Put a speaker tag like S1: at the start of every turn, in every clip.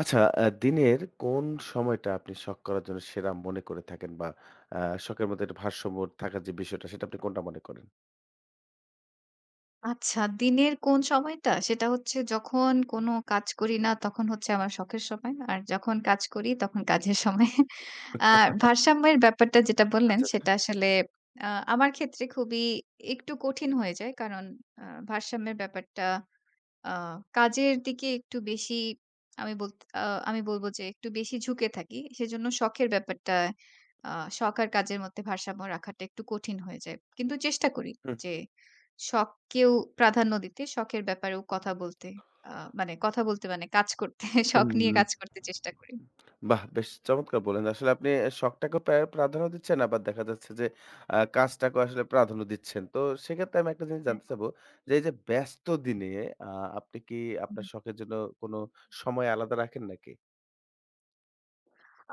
S1: আচ্ছা, দিনের কোন সময়টা আপনি শখ করার জন্য সেরা মনে করে থাকেন? বা আ শখের মধ্যে একটা ভারসাম্য থাকার যে বিষয়টা, সেটা আপনি কোনটা মনে করেন?
S2: আচ্ছা, দিনের কোন সময়টা? সেটা হচ্ছে যখন কোনো কাজ করি না, তখন হচ্ছে আমার শখের সময়। আর যখন কাজ করি, তখন কাজের সময়। আ ভারসাম্যের ব্যাপারটা যেটা বললেন,
S1: আচ্ছা, আচ্ছা।
S2: সেটা আসলে আ আমার ক্ষেত্রে খুবই একটু কঠিন হয়ে যায়। কারণ আ ভারসাম্যের ব্যাপারটা আ কাজের দিকে একটু বেশি আমি বলত আ আমি বলব যে একটু বেশি ঝুঁকে থাকি। সেজন্য শখের ব্যাপারটা আ শখ আর কাজের মধ্যে ভারসাম্য রাখাটা একটু কঠিন হয়ে যায়। কিন্তু চেষ্টা করি যে শখকেও প্রাধান্য দিতে, শখের ব্যাপারেও কথা বলতে। আ মানে কথা বলতে মানে কাজ করতে,
S1: হুম,
S2: শখ নিয়ে
S1: হুম।
S2: কাজ করতে চেষ্টা করি।
S1: বাহ! বেশ চমৎকার বললেন। আসলে আপনি শখটাকে প্রাধান্য দিচ্ছেন, আবার দেখা যাচ্ছে যে কাজটাকেও আসলে প্রাধান্য দিচ্ছেন। তো সেক্ষেত্রে আমি একটা জিনিস
S2: হ্যাঁ।
S1: জানতে চাবো যে, এই যে ব্যস্ত দিনে আ আপনি কি
S2: হুম।
S1: আপনার শখের জন্য কোনো সময় আলাদা রাখেন নাকি?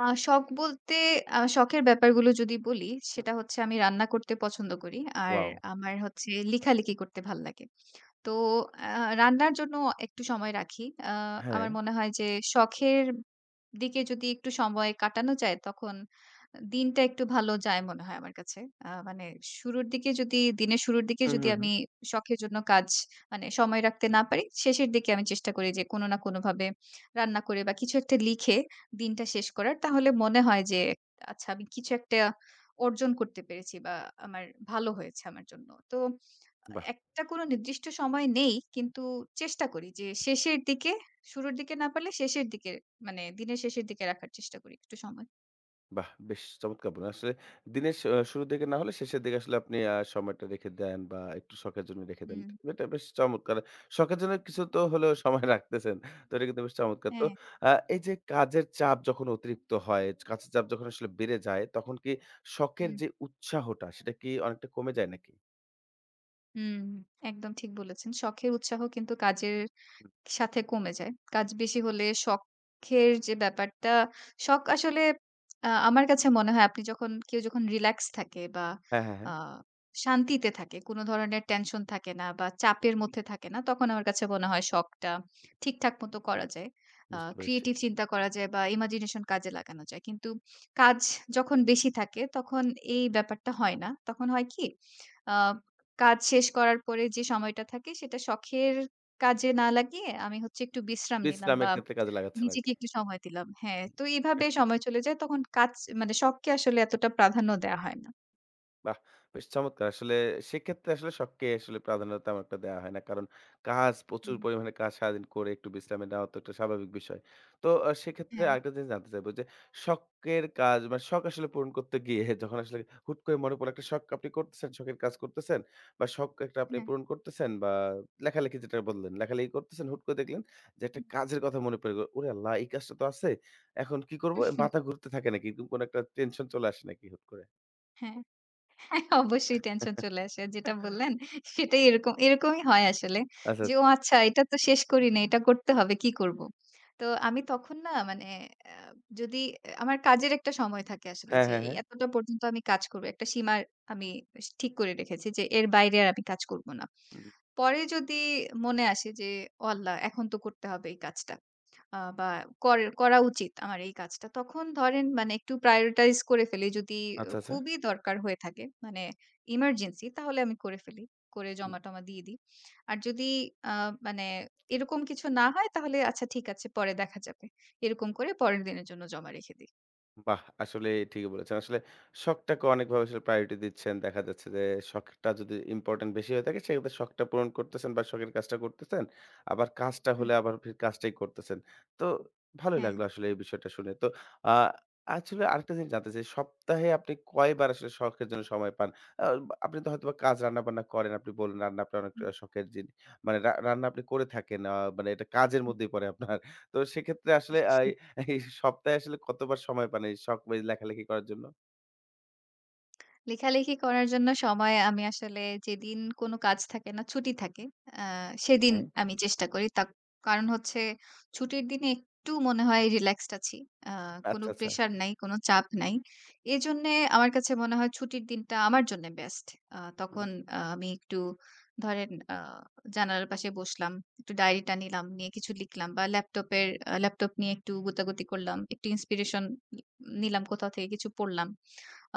S2: শখ বলতে শখের ব্যাপারগুলো যদি বলি,
S1: হুম।
S2: সেটা হচ্ছে আমি রান্না করতে পছন্দ করি। আর
S1: ওয়াও!
S2: আমার হচ্ছে লেখালেখি করতে ভাল লাগে। তো আ রান্নার জন্য একটু সময় রাখি।
S1: হ্যাঁ।
S2: আমার মনে হয় যে শখের দিকে যদি একটু সময় কাটানো যায় তখন দিনটা একটু ভালো যায় মনে হয় আমার কাছে। মানে শুরুর দিকে যদি দিনের শুরুর দিকে
S1: হুম,
S2: যদি
S1: হুম, হুম।
S2: আমি শখের জন্য কাজ মানে সময় রাখতে না পারি, শেষের দিকে আমি চেষ্টা করি যে কোনো না কোনোভাবে রান্না করে বা কিছু একটা লিখে দিনটা শেষ করার। তাহলে মনে হয় যে আচ্ছা আমি কিছু একটা অর্জন করতে পেরেছি বা আমার ভালো হয়েছে আমার জন্য। তো
S1: বাহ!
S2: একটা কোনো নির্দিষ্ট সময় নেই কিন্তু চেষ্টা করি যে শেষের দিকে শুরুর দিকে না পারলে শেষের দিকে মানে দিনের শেষের দিকে রাখার চেষ্টা করি একটু সময়।
S1: বাহ! বেশ চমৎকার বললেন। আসলে দিনের শ আহ শুরুর দিকে না হলে শেষের দিকে আসলে আপনি সময়টা রেখে দেন বা একটু শখের জন্য রেখে দেন।
S2: হুম।
S1: এটা বেশ চমৎকার। শখের জন্য কিছু তো হলেও সময় রাখতেছেন। তো এটা কিন্তু বেশ চমৎকার। তো
S2: হ্যাঁ।
S1: আ এই যে কাজের চাপ যখন অতিরিক্ত হয়, কাজের চাপ যখন আসলে বেড়ে যায় তখন কি শখের
S2: হুম,
S1: যে উৎসাহটা সেটা কি অনেকটা কমে যায় নাকি?
S2: হুম, একদম ঠিক বলেছেন। শখের উৎসাহ কিন্তু কাজের সাথে কমে যায়। কাজ বেশি হলে শখের যে ব্যাপারটা, শখ আসলে আমার কাছে মনে হয় আপনি যখন কেউ যখন রিল্যাক্স থাকে বা
S1: হ্যাঁ, হ্যাঁ,
S2: আ
S1: হ্যাঁ।
S2: শান্তিতে থাকে, কোন ধরনের টেনশন থাকে না বা চাপের মধ্যে থাকে না, তখন আমার কাছে মনে হয় শখটা ঠিকঠাক মতো করা যায়।
S1: বুঝতে পেরেছি।
S2: ক্রিয়েটিভ চিন্তা করা যায় বা ইমাজিনেশন কাজে লাগানো যায়। কিন্তু কাজ যখন বেশি থাকে তখন এই ব্যাপারটা হয় না। তখন হয় কি? আ কাজ শেষ করার পরে যে সময়টা থাকে সেটা শখের কাজে না লাগিয়ে আমি হচ্ছে একটু বিশ্রাম নিলাম বা
S1: বিশ্রামের ক্ষেত্রে কাজে লাগাচ্ছেন
S2: নিজেকে
S1: আরকি।
S2: একটু সময় দিলাম। হ্যাঁ, তো এভাবে সময় চলে যায়। তখন কাজ মানে শখকে আসলে এতটা প্রাধান্য দেয়া হয় না।
S1: বাহ! বেশ চমৎকার। আসলে সেক্ষেত্রে আসলে শখকে আসলে প্রাধান্য তেমন একটা দেওয়া হয় না। কারণ কাজ প্রচুর
S2: হুম।
S1: পরিমাণে কাজ সারাদিন করে একটু বিশ্রামে নেওয়া তো একটা স্বাভাবিক বিষয়। তো সেক্ষেত্রে
S2: হ্যাঁ,
S1: আরেকটা জিনিস জানতে চাইবো যে শখের কাজ মানে শখ আসলে পূরণ করতে গিয়ে যখন আসলে হুট করে মনে পড়লো একটা শখ আপনি করতেছেন, শখের কাজ করতেছেন বা শখ একটা আপনি
S2: হ্যাঁ,
S1: পূরণ করতেছেন বা লেখালেখি যেটা বললেন, লেখালেখি করতেছেন হুট করে দেখলেন যে একটা
S2: হুম।
S1: কাজের কথা মনে পড়ে গেল। ওরে আল্লাহ! এই কাজটা তো আছে। এখন কি করব? মাথা ঘুরতে থাকে নাকি? এরকম কোনো একটা টেনশন চলে আসে নাকি হুট করে?
S2: হ্যাঁ, হ্যাঁ, অবশ্যই টেনশন চলে আসে। যেটা বললেন সেটাই এরকমই হয় আসলে।
S1: আচ্ছা,
S2: যে ও
S1: আচ্ছা।
S2: আচ্ছা এটা তো শেষ করি নাই। এটা করতে হবে। কি করব? তো আমি তখন না মানে যদি আমার কাজের একটা সময় থাকে আসলে
S1: হ্যাঁ,
S2: যে
S1: হ্যাঁ,
S2: এই
S1: হ্যাঁ।
S2: এতটা পর্যন্ত আমি কাজ করব। একটা সীমা আমি ঠিক করে রেখেছি যে এর বাইরে আর আমি কাজ করব না।
S1: হুম,
S2: পরে যদি মনে আসে যে, "ও আল্লাহ! এখন তো করতে হবে এই কাজটা। বা করা উচিত আমার এই কাজটা।" তখন ধরেন মানে একটু prioritize করে ফেলি। যদি
S1: আচ্ছা, আচ্ছা।
S2: খুবই দরকার হয়ে থাকে, মানে emergency তাহলে আমি করে ফেলি। করে জমা-টমা দিয়ে দিই। আর যদি আ মানে এরকম কিছু না হয় তাহলে আচ্ছা ঠিক আছে পরে দেখা যাবে। এরকম করে পরের দিনের জন্য জমা রেখে দিই।
S1: বাহ! আসলে ঠিকই বলেছেন। আসলে শখটাকে অনেকভাবে আসলে প্রায়োরিটি দিচ্ছেন। দেখা যাচ্ছে যে শখটা যদি ইম্পোর্টেন্ট বেশি হয়ে থাকে সেক্ষেত্রে শখটা পূরণ করতেছেন বা শখের কাজটা করতেছেন। আবার কাজটা
S2: হুম,
S1: হলে আবার ফির কাজটাই করতেছেন। তো ভালোই
S2: হ্যাঁ।
S1: লাগলো আসলে এই বিষয়টা শুনে। তো আ আসলে আরেকটা জিনিস জানতে চাই, সপ্তাহে আপনি কয়বার আসলে শখের জন্য সময় পান? আ আপনি তো হয়তোবা কাজ রান্না-বান্না করেন। আপনি বললেন রান্না আপনার অনেক শখের জিনিস। মানে রান্না আপনি করে থাকেন। মানে এটা কাজের মধ্যেই পড়ে আপনার। তো সেক্ষেত্রে আসলে এই সপ্তাহে আসলে কতবার সময় পান এই শখ ওই লেখালেখি করার জন্য?
S2: লেখালেখি করার জন্য সময় আমি আসলে যেদিন কোনো কাজ থাকে না, ছুটি থাকে, আ সেদিন
S1: হ্যাঁ।
S2: আমি চেষ্টা করি। তার কারণ হচ্ছে ছুটির দিনে একটু মনে হয় রিল্যাক্সড আছি। আ কোনো
S1: আচ্ছা, আচ্ছা।
S2: প্রেশার নাই, কোনো চাপ নাই। এজন্যে আমার কাছে মনে হয় ছুটির দিনটা আমার জন্যে বেস্ট।
S1: হুম,
S2: তখন আমি একটু ধরেন জানালার পাশে বসলাম, একটু ডায়েরিটা নিলাম, নিয়ে কিছু লিখলাম বা ল্যাপটপ নিয়ে একটু গোতাগুতি করলাম, একটু ইন্সপিরেশন নিলাম কোথাও থেকে কিছু পড়লাম।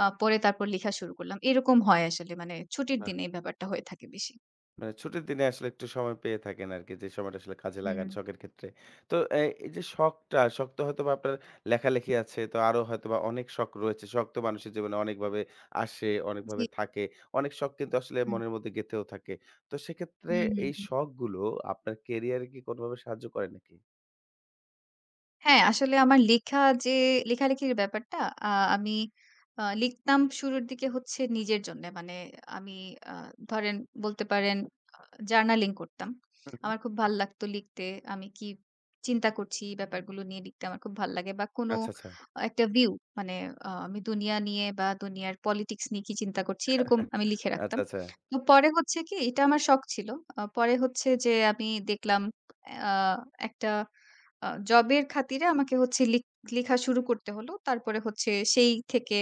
S2: পরে তারপর লিখা শুরু করলাম। এরকম হয় আসলে মানে ছুটির
S1: বাহ!
S2: দিনে এই ব্যাপারটা হয়ে থাকে বেশি।
S1: মানে ছুটির দিনে আসলে একটু সময় পেয়ে থাকেন আরকি। যে সময়টা আসলে কাজে লাগান
S2: হুম।
S1: শখের ক্ষেত্রে। তো এই যে শখটা, শখ তো হয়তোবা আপনার লেখালেখি আছে, তো আরো হয়তোবা অনেক শখ রয়েছে। শখ তো মানুষের জীবনে অনেকভাবে আসে,
S2: জি।
S1: অনেকভাবে থাকে। অনেক শখ কিন্তু আসলে
S2: হুম,
S1: মনের মধ্যে গেঁথেও থাকে। তো সেক্ষেত্রে
S2: হুম,
S1: এই
S2: হুম।
S1: শখগুলো আপনার ক্যারিয়ারে কি কোনোভাবে সাহায্য করে নাকি?
S2: হ্যাঁ, আসলে আমার লেখা যে লেখালেখির ব্যাপারটা আ আমি লিখতাম শুরুর দিকে হচ্ছে নিজের জন্যে। মানে আমি আ ধরেন বলতে পারেন আ জার্নালিং করতাম।
S1: হুম, হুম।
S2: আমার খুব ভাল লাগতো লিখতে। আমি কি চিন্তা করছি এই ব্যাপারগুলো নিয়ে লিখতে আমার খুব ভাল লাগে বা কোনো
S1: আচ্ছা, আচ্ছা।
S2: একটা ভিউ মানে আমি দুনিয়া নিয়ে বা দুনিয়ার পলিটিক্স নিয়ে কি চিন্তা করছি এরকম আমি লিখে
S1: আচ্ছা,
S2: রাখতাম।
S1: আচ্ছা।
S2: তো পরে হচ্ছে কি এটা আমার শখ ছিল। পরে হচ্ছে যে আমি দেখলাম আ একটা জবের খাতিরে আমাকে হচ্ছে লিখা শুরু করতে হলো। তারপরে হচ্ছে সেই থেকে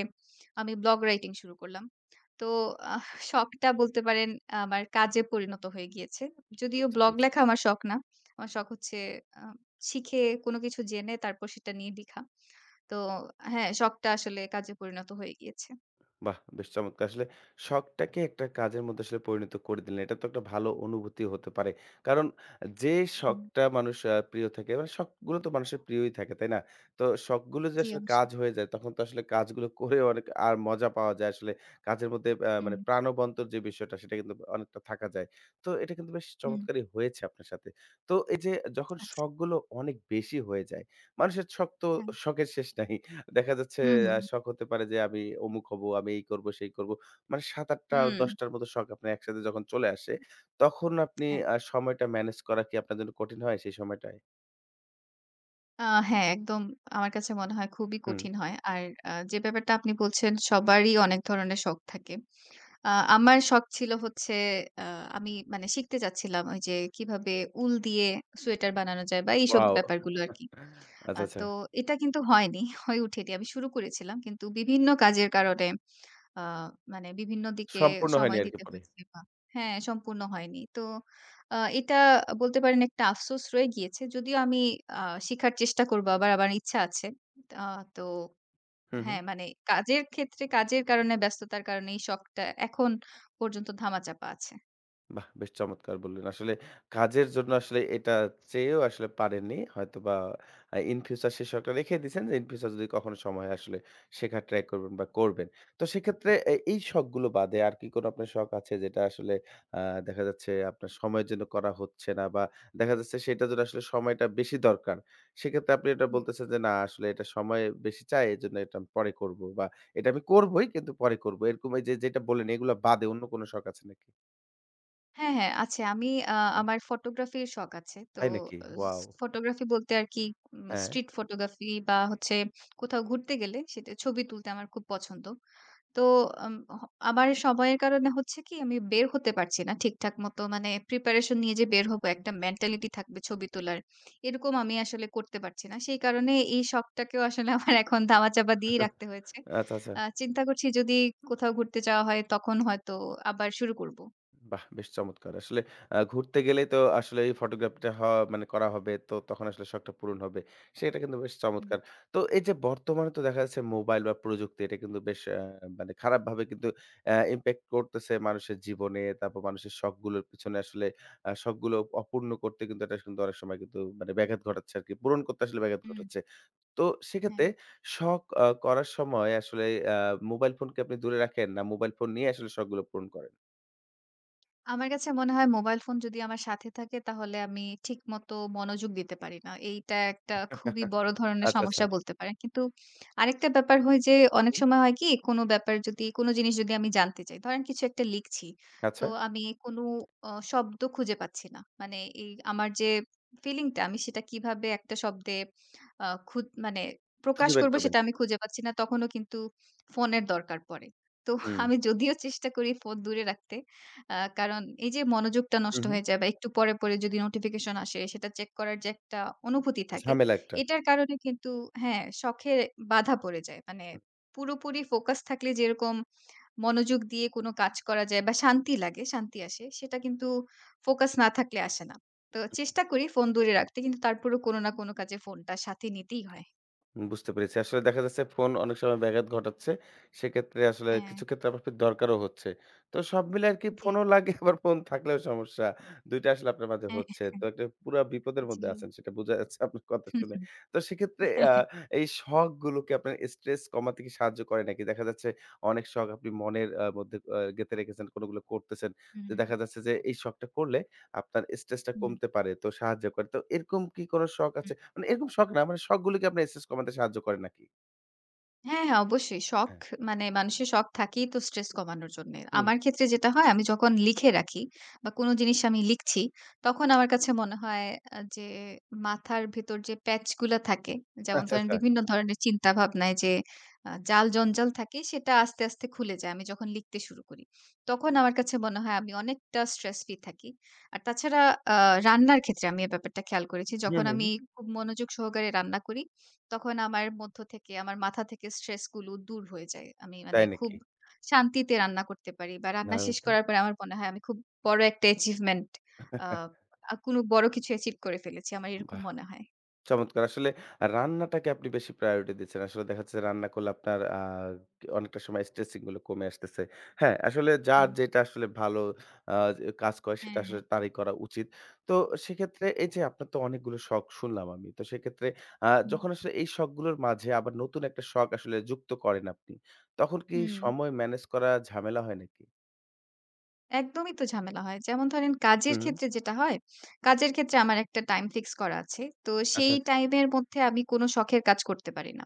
S2: আমি ব্লগ রাইটিং শুরু করলাম। তো আহ শখটা বলতে পারেন আমার কাজে পরিণত হয়ে গিয়েছে। যদিও
S1: বুঝতে
S2: ব্লগ
S1: পেরেছি।
S2: লেখা আমার শখ না। আমার শখ হচ্ছে আ শিখে কোনো কিছু জেনে তারপর সেটা নিয়ে লিখা। তো হ্যাঁ, শখটা আসলে কাজে পরিণত হয়ে গিয়েছে।
S1: বাহ! বেশ চমৎকার। আসলে শখটাকে একটা কাজের মধ্যে আসলে পরিণত করে দিলেন। এটা তো একটা ভালো অনুভূতি হতে পারে। কারণ যে
S2: হুম।
S1: শখটা মানুষ প্রিয় থাকে মানে শখগুলো তো মানুষের প্রিয়ই থাকে, তাই না? তো শখগুলো যে
S2: জি
S1: আসলে কাজ
S2: অবশ্যই।
S1: হয়ে যায় তখন তো আসলে কাজগুলো করে অনেক আর মজা পাওয়া যায় আসলে। কাজের মধ্যে
S2: হুম,
S1: মানে প্রাণবন্তর যে বিষয়টা সেটা কিন্তু অনেকটা থাকা যায়। তো এটা কিন্তু বেশ
S2: হুম।
S1: চমৎকারই হয়েছে আপনার সাথে। তো এই যে যখন
S2: আচ্ছা।
S1: শখগুলো অনেক বেশি হয়ে যায়, মানুষের শখ তো
S2: হ্যাঁ।
S1: শখের শেষ নাই। দেখা যাচ্ছে
S2: হুম, হুম,
S1: শখ হতে পারে যে আমি অমুক হবো, আমি এই করব, সেই করব। মানে ৭, ৮ টা
S2: হুম।
S1: ১০ টার মতো শখ আপনার একসাথে যখন চলে আসে, তখন আপনি
S2: হ্যাঁ।
S1: সময়টা ম্যানেজ করা কি আপনার জন্য কঠিন হয় সেই সময়টায়?
S2: আ হ্যাঁ, একদম আমার কাছে মনে হয় খুবই
S1: হুম।
S2: কঠিন হয়। আর যে ব্যাপারটা আপনি বলছেন সবারই অনেক ধরনের শখ থাকে। আ আমার শখ ছিল হচ্ছে আ আমি মানে শিখতে চাচ্ছিলাম ওই যে কিভাবে উল দিয়ে সোয়েটার বানানো যায় বা এইসব
S1: ওয়াও!
S2: ব্যাপারগুলো আরকি।
S1: আচ্ছা, আচ্ছা।
S2: তো এটা কিন্তু হয়নি, হয়ে উঠেনি। আমি শুরু করেছিলাম। কিন্তু বিভিন্ন কাজের কারণে আ মানে বিভিন্ন দিকে
S1: সম্পূর্ণ হয়নি
S2: সময়
S1: আরকি
S2: দিতে
S1: পরে।
S2: হয়েছে বা হ্যাঁ, সম্পূর্ণ হয়নি। তো এটা বলতে পারেন একটা আফসোস রয়ে গিয়েছে। যদিও আমি আ শিখার চেষ্টা করব আবার আমার ইচ্ছা আছে। আ তো
S1: হু, হু।
S2: হ্যাঁ, মানে কাজের ক্ষেত্রে কাজের কারণে ব্যস্ততার কারণে এই শখটা এখন পর্যন্ত ধামাচাপা আছে।
S1: বাহ! বেশ চমৎকার বললেন। আসলে কাজের জন্য আসলে এটা চেয়েও আসলে পারেননি। হয়তোবা in future সে শখটা রেখে দিয়েছেন যে in future যদি কখনো সময় হয় আসলে শেখার ট্রাই করবেন বা করবেন। তো সেক্ষেত্রে এই শখগুলো বাদে আর কি কোনো আপনার শখ আছে যেটা আসলে আ দেখা যাচ্ছে আপনার সময়ের জন্য করা হচ্ছে না বা দেখা যাচ্ছে সেটার জন্য আসলে সময়টা বেশি দরকার। সেক্ষেত্রে আপনি এটা
S2: হুম।
S1: বলতেছেন যে না আসলে এটা সময় বেশি চায় এজন্য এটা আমি পরে করব বা এটা আমি করবই কিন্তু পরে করব। এরকম এই যে যেটা বললেন এগুলা বাদে অন্য কোনো শখ আছে নাকি?
S2: হ্যাঁ, হ্যাঁ, আছে। আমি আমার ফটোগ্রাফির শখ আছে। তো
S1: তাই নাকি? ওয়াও!
S2: ফটোগ্রাফি বলতে আর কি
S1: হ্যাঁ।
S2: স্ট্রিট ফটোগ্রাফি বা হচ্ছে কোথাও ঘুরতে গেলে সেটা ছবি তুলতে আমার খুব পছন্দ। তো আম হ আমার সময়ের কারণে হচ্ছে কি আমি বের হতে পারছি না ঠিকঠাক মতো মানে প্রিপারেশন নিয়ে যে বের হবো একটা মেন্টালিটি থাকবে ছবি তোলার। এরকম আমি আসলে করতে পারছি না। সেই কারণে এই শখটাকেও আসলে আমার এখন ধামাচাপা দিয়েই রাখতে হয়েছে।
S1: আচ্ছা, আচ্ছা।
S2: চিন্তা করছি যদি কোথাও ঘুরতে যাওয়া হয় তখন হয়তো আবার শুরু করব।
S1: বাহ! বেশ চমৎকার। আসলে ঘুরতে গেলেই তো আসলে এই ফটোগ্রাফিটা হওয়া মানে করা হবে। তো তখন আসলে শখটা পূরণ হবে। সেটা কিন্তু বেশ
S2: হুম,
S1: চমৎকার। তো এই যে বর্তমানে তো দেখা যাচ্ছে মোবাইল বা প্রযুক্তি এটা কিন্তু বেশ মানে খারাপভাবে কিন্তু ইমপ্যাক্ট করতেছে মানুষের জীবনে। তারপর মানুষের শখগুলোর পিছনে আসলে শখগুলো অপূর্ণ করতে কিন্তু এটা কিন্তু অনেক সময় কিন্তু মানে ব্যাঘাত ঘটাচ্ছে আরকি। পূরণ করতে আসলে ব্যাঘাত
S2: হুম,
S1: ঘটাচ্ছে। তো
S2: হ্যাঁ।
S1: সেক্ষেত্রে শখ করার সময় আসলে আ মোবাইল ফোনকে আপনি দূরে রাখেন না মোবাইল ফোন নিয়ে আসলে শখগুলো পূরণ করেন?
S2: আমার কাছে মনে হয় মোবাইল ফোন যদি আমার সাথে থাকে তাহলে আমি ঠিকমতো মনোযোগ দিতে পারি না। এইটা একটা খুবই বড় ধরনের
S1: আচ্ছা, আচ্ছা।
S2: সমস্যা বলতে পারেন। কিন্তু আরেকটা ব্যাপার হয় যে অনেক
S1: হুম,
S2: সময় হয় কি কোনো ব্যাপার যদি কোনো জিনিস যদি আমি জানতে চাই, ধরেন কিছু একটা লিখছি। তো
S1: আচ্ছা।
S2: আমি কোনো শব্দ খুঁজে পাচ্ছি না। মানে এই আমার যে ফিলিংটা আমি সেটা কিভাবে একটা শব্দে আ খু মানে
S1: খুঁজে
S2: প্রকাশ
S1: বের
S2: করব
S1: করবেন।
S2: সেটা আমি খুঁজে পাচ্ছি না। তখনও কিন্তু ফোনের দরকার পড়ে। তো
S1: হুম,
S2: আমি যদিও চেষ্টা করি ফোন দূরে রাখতে। কারণ এই যে মনোযোগটা
S1: হু,
S2: নষ্ট
S1: হু।
S2: হয়ে যায় বা একটু পরে, যদি নোটিফিকেশন আসে সেটা চেক করার যে একটা অনুভূতি থাকে,
S1: ঝামেলা একটা।
S2: এটার কারণে কিন্তু হ্যাঁ, শখে বাধা পড়ে যায়। মানে পুরোপুরি ফোকাস থাকলে যেরকম মনোযোগ দিয়ে কোনো কাজ করা যায় বা শান্তি লাগে, শান্তি আসে, সেটা কিন্তু ফোকাস না থাকলে আসে না। তো চেষ্টা করি ফোন দূরে রাখতে কিন্তু তারপরেও কোনো না কোনো কাজে ফোনটা সাথে নিতেই হয়।
S1: বুঝতে পেরেছি। আসলে দেখা যাচ্ছে ফোন অনেক সময় ব্যাঘাত ঘটাচ্ছে। সেক্ষেত্রে আসলে
S2: হ্যাঁ,
S1: কিছু ক্ষেত্রে আপনার ফির দরকারও হচ্ছে। তো সব মিলে আরকি
S2: জি।
S1: ফোনও লাগে আবার ফোন থাকলেও সমস্যা। ২ টা আসলে আপনার মাঝে
S2: হ্যাঁ,
S1: হচ্ছে। তো
S2: হ্যাঁ,
S1: একটা পুরা বিপদের মধ্যে
S2: জি।
S1: আছেন সেটা বোঝা যাচ্ছে আপনার কথা
S2: হু,
S1: শুনে।
S2: হু।
S1: তো সেক্ষেত্রে
S2: হ্যাঁ, হ্যাঁ।
S1: এই শখগুলোকে আপনার স্ট্রেস কমাতে কি সাহায্য করে নাকি? দেখা যাচ্ছে অনেক শখ আপনি মনের মধ্যে গেঁথে রেখেছেন, কোনগুলো করতেছেন।
S2: হুম,
S1: যে
S2: হুম।
S1: দেখা যাচ্ছে যে এই শখটা করলে আপনার স্ট্রেসটা কমতে পারে। তো সাহায্য করে। তো এরকম কি কোন শখ আছে
S2: হুম।
S1: মানে এরকম শখ না, মানে শখগুলোকে আপনার স্ট্রেস কমাতে সাহায্য করে নাকি?
S2: হ্যাঁ, হ্যাঁ, অবশ্যই। শখ
S1: হ্যাঁ,
S2: মানে মানুষের শখ থাকেই তো স্ট্রেস কমানোর জন্যে।
S1: হুম।
S2: আমার ক্ষেত্রে যেটা হয় আমি যখন লিখে রাখি বা কোনো জিনিস আমি লিখছি, তখন আমার কাছে মনে হয় যে মাথার ভেতর যে প্যাচ গুলা থাকে, যেমন
S1: আচ্ছা,
S2: ধরেন
S1: আচ্ছা।
S2: বিভিন্ন ধরনের চিন্তা ভাবনায় যে জাল-জঞ্জাল থাকে সেটা আস্তে, আস্তে খুলে যায় আমি যখন লিখতে শুরু করি। তখন আমার কাছে মনে হয় আমি অনেকটা স্ট্রেস ফ্রি থাকি। আর তাছাড়া আ রান্নার ক্ষেত্রে আমি এই ব্যাপারটা খেয়াল করেছি।
S1: হুম,
S2: যখন
S1: হুম,
S2: আমি
S1: হুম।
S2: খুব মনোযোগ সহকারে রান্না করি, তখন আমার মধ্য থেকে আমার মাথা থেকে স্ট্রেস গুলো দূর হয়ে যায়। আমি মানে
S1: তাই
S2: খুব
S1: নাকি?
S2: শান্তিতে রান্না করতে পারি বা রান্না
S1: দারুণ
S2: শেষ
S1: তো।
S2: করার পরে আমার মনে হয় আমি খুব বড় একটা অ্যাচিভমেন্ট আ আ কোনো বড় কিছু অ্যাচিভ করে ফেলেছি। আমার এরকম
S1: বাহ!
S2: মনে হয়।
S1: চমৎকার! আসলে রান্নাটাকে আপনি বেশি প্রায়োরিটি দিচ্ছেন। আসলে দেখা যাচ্ছে রান্না করলে আপনার অনেকটা সময় স্ট্রেচিং গুলো কমে আসতেছে। হ্যাঁ, আসলে যার
S2: হুম।
S1: যেটা আসলে ভালো আ কাজ করে সেটা
S2: হ্যাঁ,
S1: আসলে তারই করা উচিত। তো সেক্ষেত্রে এই যে আপনার তো অনেকগুলো শখ শুনলাম আমি। তো সেক্ষেত্রে
S2: হুম,
S1: যখন আসলে এই শখগুলোর মাঝে আবার নতুন একটা শখ আসলে যুক্ত করেন আপনি, তখন কি
S2: হুম।
S1: সময় ম্যানেজ করা ঝামেলা হয় নাকি?
S2: একদমই তো ঝামেলা হয়। যেমন ধরেন
S1: হুম,
S2: কাজের
S1: হুম।
S2: ক্ষেত্রে যেটা হয়, কাজের ক্ষেত্রে আমার একটা টাইম ফিক্স করা আছে। তো
S1: আচ্ছা,
S2: সেই
S1: আচ্ছা।
S2: টাইমের মধ্যে আমি কোনো শখের কাজ করতে পারি না।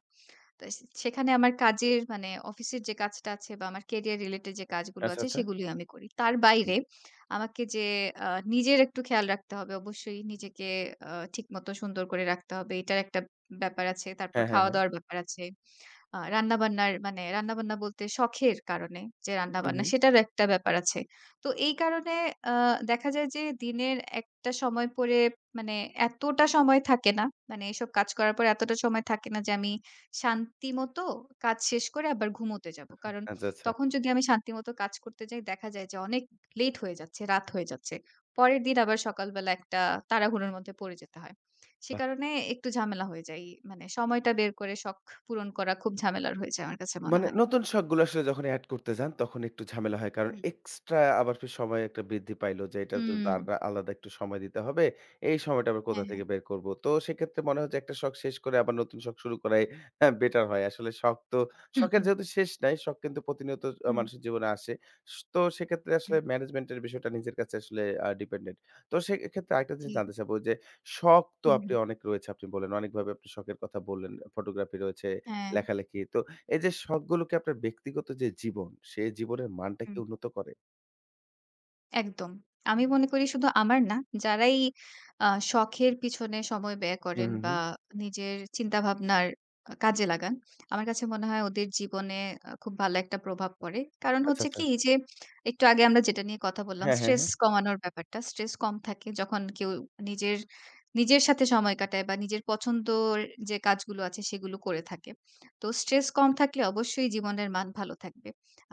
S2: তো সেখানে আমার কাজের মানে অফিসের যে কাজটা আছে বা আমার ক্যারিয়ার রিলেটেড যে কাজগুলো
S1: আচ্ছা,
S2: আছে
S1: আচ্ছা।
S2: সেগুলি আমি করি। তার
S1: হুম।
S2: বাইরে আমাকে যে আ নিজের একটু খেয়াল রাখতে হবে অবশ্যই নিজেকে ঠিকমতো সুন্দর করে রাখতে হবে। এটার একটা ব্যাপার আছে। তারপর
S1: হ্যাঁ, হ্যাঁ, হ্যাঁ।
S2: খাওয়া-দাওয়ার ব্যাপার আছে। রান্নাবান্নার মানে রান্নাবান্না বলতে শখের কারণে যে
S1: হুম,
S2: রান্নাবান্না
S1: হুম।
S2: সেটারও একটা ব্যাপার আছে। তো এই কারণে আ দেখা যায় যে দিনের একটা সময় পরে মানে এতটা সময় থাকে না। মানে এসব কাজ করার পর এতটা সময় থাকে না যে আমি শান্তিমতো কাজ শেষ করে আবার ঘুমোতে যাব। কারণ
S1: আচ্ছা, আচ্ছা।
S2: তখন যদি আমি শান্তিমতো কাজ করতে যাই দেখা যায় যে অনেক লেট হয়ে যাচ্ছে, রাত হয়ে যাচ্ছে। পরের দিন আবার সকালবেলা একটা তাড়াহুড়োর মধ্যে পড়ে যেতে হয়। সে
S1: বাহ!
S2: কারণে একটু ঝামেলা হয়ে যায়। মানে সময়টা বের করে শখ পূরণ করা খুব ঝামেলার হয়ে যায় আমার কাছে মনে
S1: মানে
S2: হয়।
S1: নতুন শখগুলো আসলে যখন এড করতে যান, তখন একটু ঝামেলা হয়। কারণ
S2: হুম।
S1: এক্সট্রা আবার ফির সময় একটা বৃদ্ধি পাইল যে, এটার জন্য তো
S2: হুম,
S1: আর আলাদা একটু সময় দিতে হবে। এই সময়টা আবার কোথা
S2: হ্যাঁ, হ্যাঁ।
S1: থেকে বের করব? তো সেক্ষেত্রে মনে হয় যে, একটা শখ শেষ করে আবার নতুন শখ শুরু করাই হ্যাঁ, বেটার হয়। আসলে শখ তো
S2: হুম,
S1: শখের
S2: হুম,
S1: যেহেতু শেষ নাই, শখ কিন্তু প্রতিনিয়ত
S2: হুম,
S1: মানুষের জীবনে আসে। তো সেক্ষেত্রে আসলে
S2: হুম।
S1: ম্যানেজমেন্ট এর বিষয়টা নিজের কাছে আসলে ডিপেন্ডেন্ট। তো সেক্ষেত্রে আরেকটা
S2: জি,
S1: জিনিস জানতে চাবো যে, শখ তো
S2: হুম,
S1: আপনি
S2: হুম।
S1: অনেক রয়েছে আপনি বললেন। অনেকভাবে আপনি শখের কথা বললেন। ফটোগ্রাফি রয়েছে,
S2: হ্যাঁ।
S1: লেখালেখি। তো এই যে শখগুলোকে আপনার ব্যক্তিগত যে জীবন, সে জীবনের মানটা কি
S2: হুম।
S1: উন্নত করে?
S2: একদম। আমি মনে করি শুধু আমার না, যারাই শখের পিছনে সময় ব্যয়
S1: হুম,
S2: করেন
S1: হুম,
S2: বা
S1: হুম।
S2: নিজের চিন্তাভাবনার কাজে লাগান, আমার কাছে মনে হয় ওদের জীবনে খুব ভালো একটা প্রভাব পড়ে। কারণ
S1: আচ্ছা,
S2: হচ্ছে
S1: আচ্ছা।
S2: কি যে, একটু আগে আমরা যেটা নিয়ে কথা বললাম,
S1: হ্যাঁ, হ্যাঁ,
S2: স্ট্রেস
S1: হ্যাঁ।
S2: কমানোর ব্যাপারটা। স্ট্রেস কম থাকে যখন কেউ নিজের, নিজের সাথে সময় কাটায় বা নিজের পছন্দর যে কাজগুলো আছে সেগুলো করে থাকে। তো স্ট্রেস কম থাকলে অবশ্যই জীবনের মান ভালো থাকবে।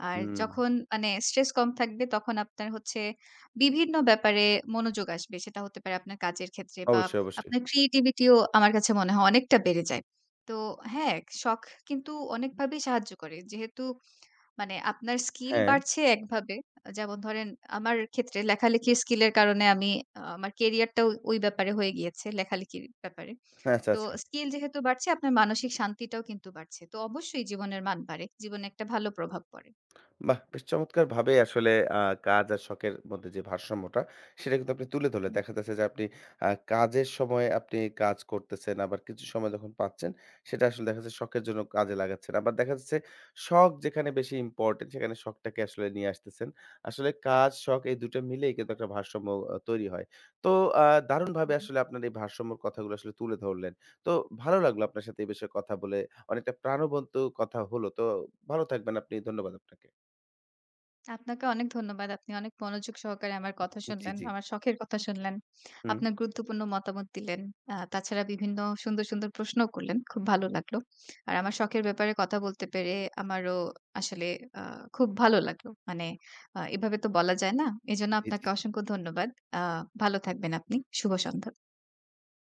S2: আর
S1: হুম।
S2: যখন মানে স্ট্রেস কম থাকবে তখন আপনার হচ্ছে বিভিন্ন ব্যাপারে মনোযোগ আসবে। সেটা হতে পারে আপনার কাজের ক্ষেত্রে বা
S1: অবশ্যই, অবশ্যই।
S2: আপনার ক্রিয়েটিভিটিও আমার কাছে মনে হয় অনেকটা বেড়ে যায়। তো হ্যাঁ, শখ কিন্তু অনেকভাবেই সাহায্য করে। যেহেতু মানে আপনার স্কিল
S1: হ্যাঁ,
S2: বাড়ছে একভাবে। যেমন ধরেন আমার ক্ষেত্রে লেখালেখির স্কিলের কারণে আমি আমার ক্যারিয়ারটাও ওই ব্যাপারে হয়ে গিয়েছে লেখালেখির ব্যাপারে।
S1: আচ্ছা,
S2: তো
S1: আচ্ছা।
S2: স্কিল যেহেতু বাড়ছে আপনার মানসিক শান্তিটাও কিন্তু বাড়ছে। তো অবশ্যই জীবনের মান বাড়ে। জীবনে একটা ভালো প্রভাব পড়ে।
S1: বাহ! বেশ চমৎকারভাবে আসলে আ কাজ আর শখের মধ্যে যে ভারসাম্যটা, সেটা কিন্তু আপনি তুলে ধরলেন। দেখা যাচ্ছে যে আপনি কাজের সময় আপনি কাজ করতেছেন, আবার কিছু সময় যখন পাচ্ছেন, সেটা আসলে দেখা যাচ্ছে শখের জন্য কাজে লাগাচ্ছেন। আবার দেখা যাচ্ছে শখ যেখানে বেশি ইম্পোর্টেন্ট, সেখানে শখটাকে আসলে নিয়ে আসতেছেন। আসলে কাজ, শখ এই ২ টা মিলেই কিন্তু একটা ভারসাম্য তৈরি হয়। তো আ দারুণভাবে আসলে আপনার এই ভারসাম্যর কথাগুলো আসলে তুলে ধরলেন। তো ভালো লাগলো আপনার সাথে এই বিষয়ে কথা বলে। অনেকটা প্রাণবন্ত কথা হলো। তো ভালো থাকবেন আপনি। ধন্যবাদ আপনাকে।
S2: আপনাকে অনেক ধন্যবাদ। আপনি অনেক মনোযোগ সহকারে আমার কথা
S1: জি,
S2: শুনলেন।
S1: জি।
S2: আমার শখের কথা শুনলেন।
S1: হুম।
S2: আপনার গুরুত্বপূর্ণ মতামত দিলেন। তাছাড়া বিভিন্ন সুন্দর, সুন্দর প্রশ্নও করলেন। খুব ভালো লাগলো। আর আমার শখের ব্যাপারে কথা বলতে পেরে আমারও আসলে আ খুব ভালো লাগলো। মানে এভাবে তো বলা যায় না। এজন্য
S1: জি,
S2: আপনাকে
S1: জি, জি।
S2: অসংখ্য ধন্যবাদ। আ ভালো থাকবেন আপনি। শুভ সন্ধ্যা।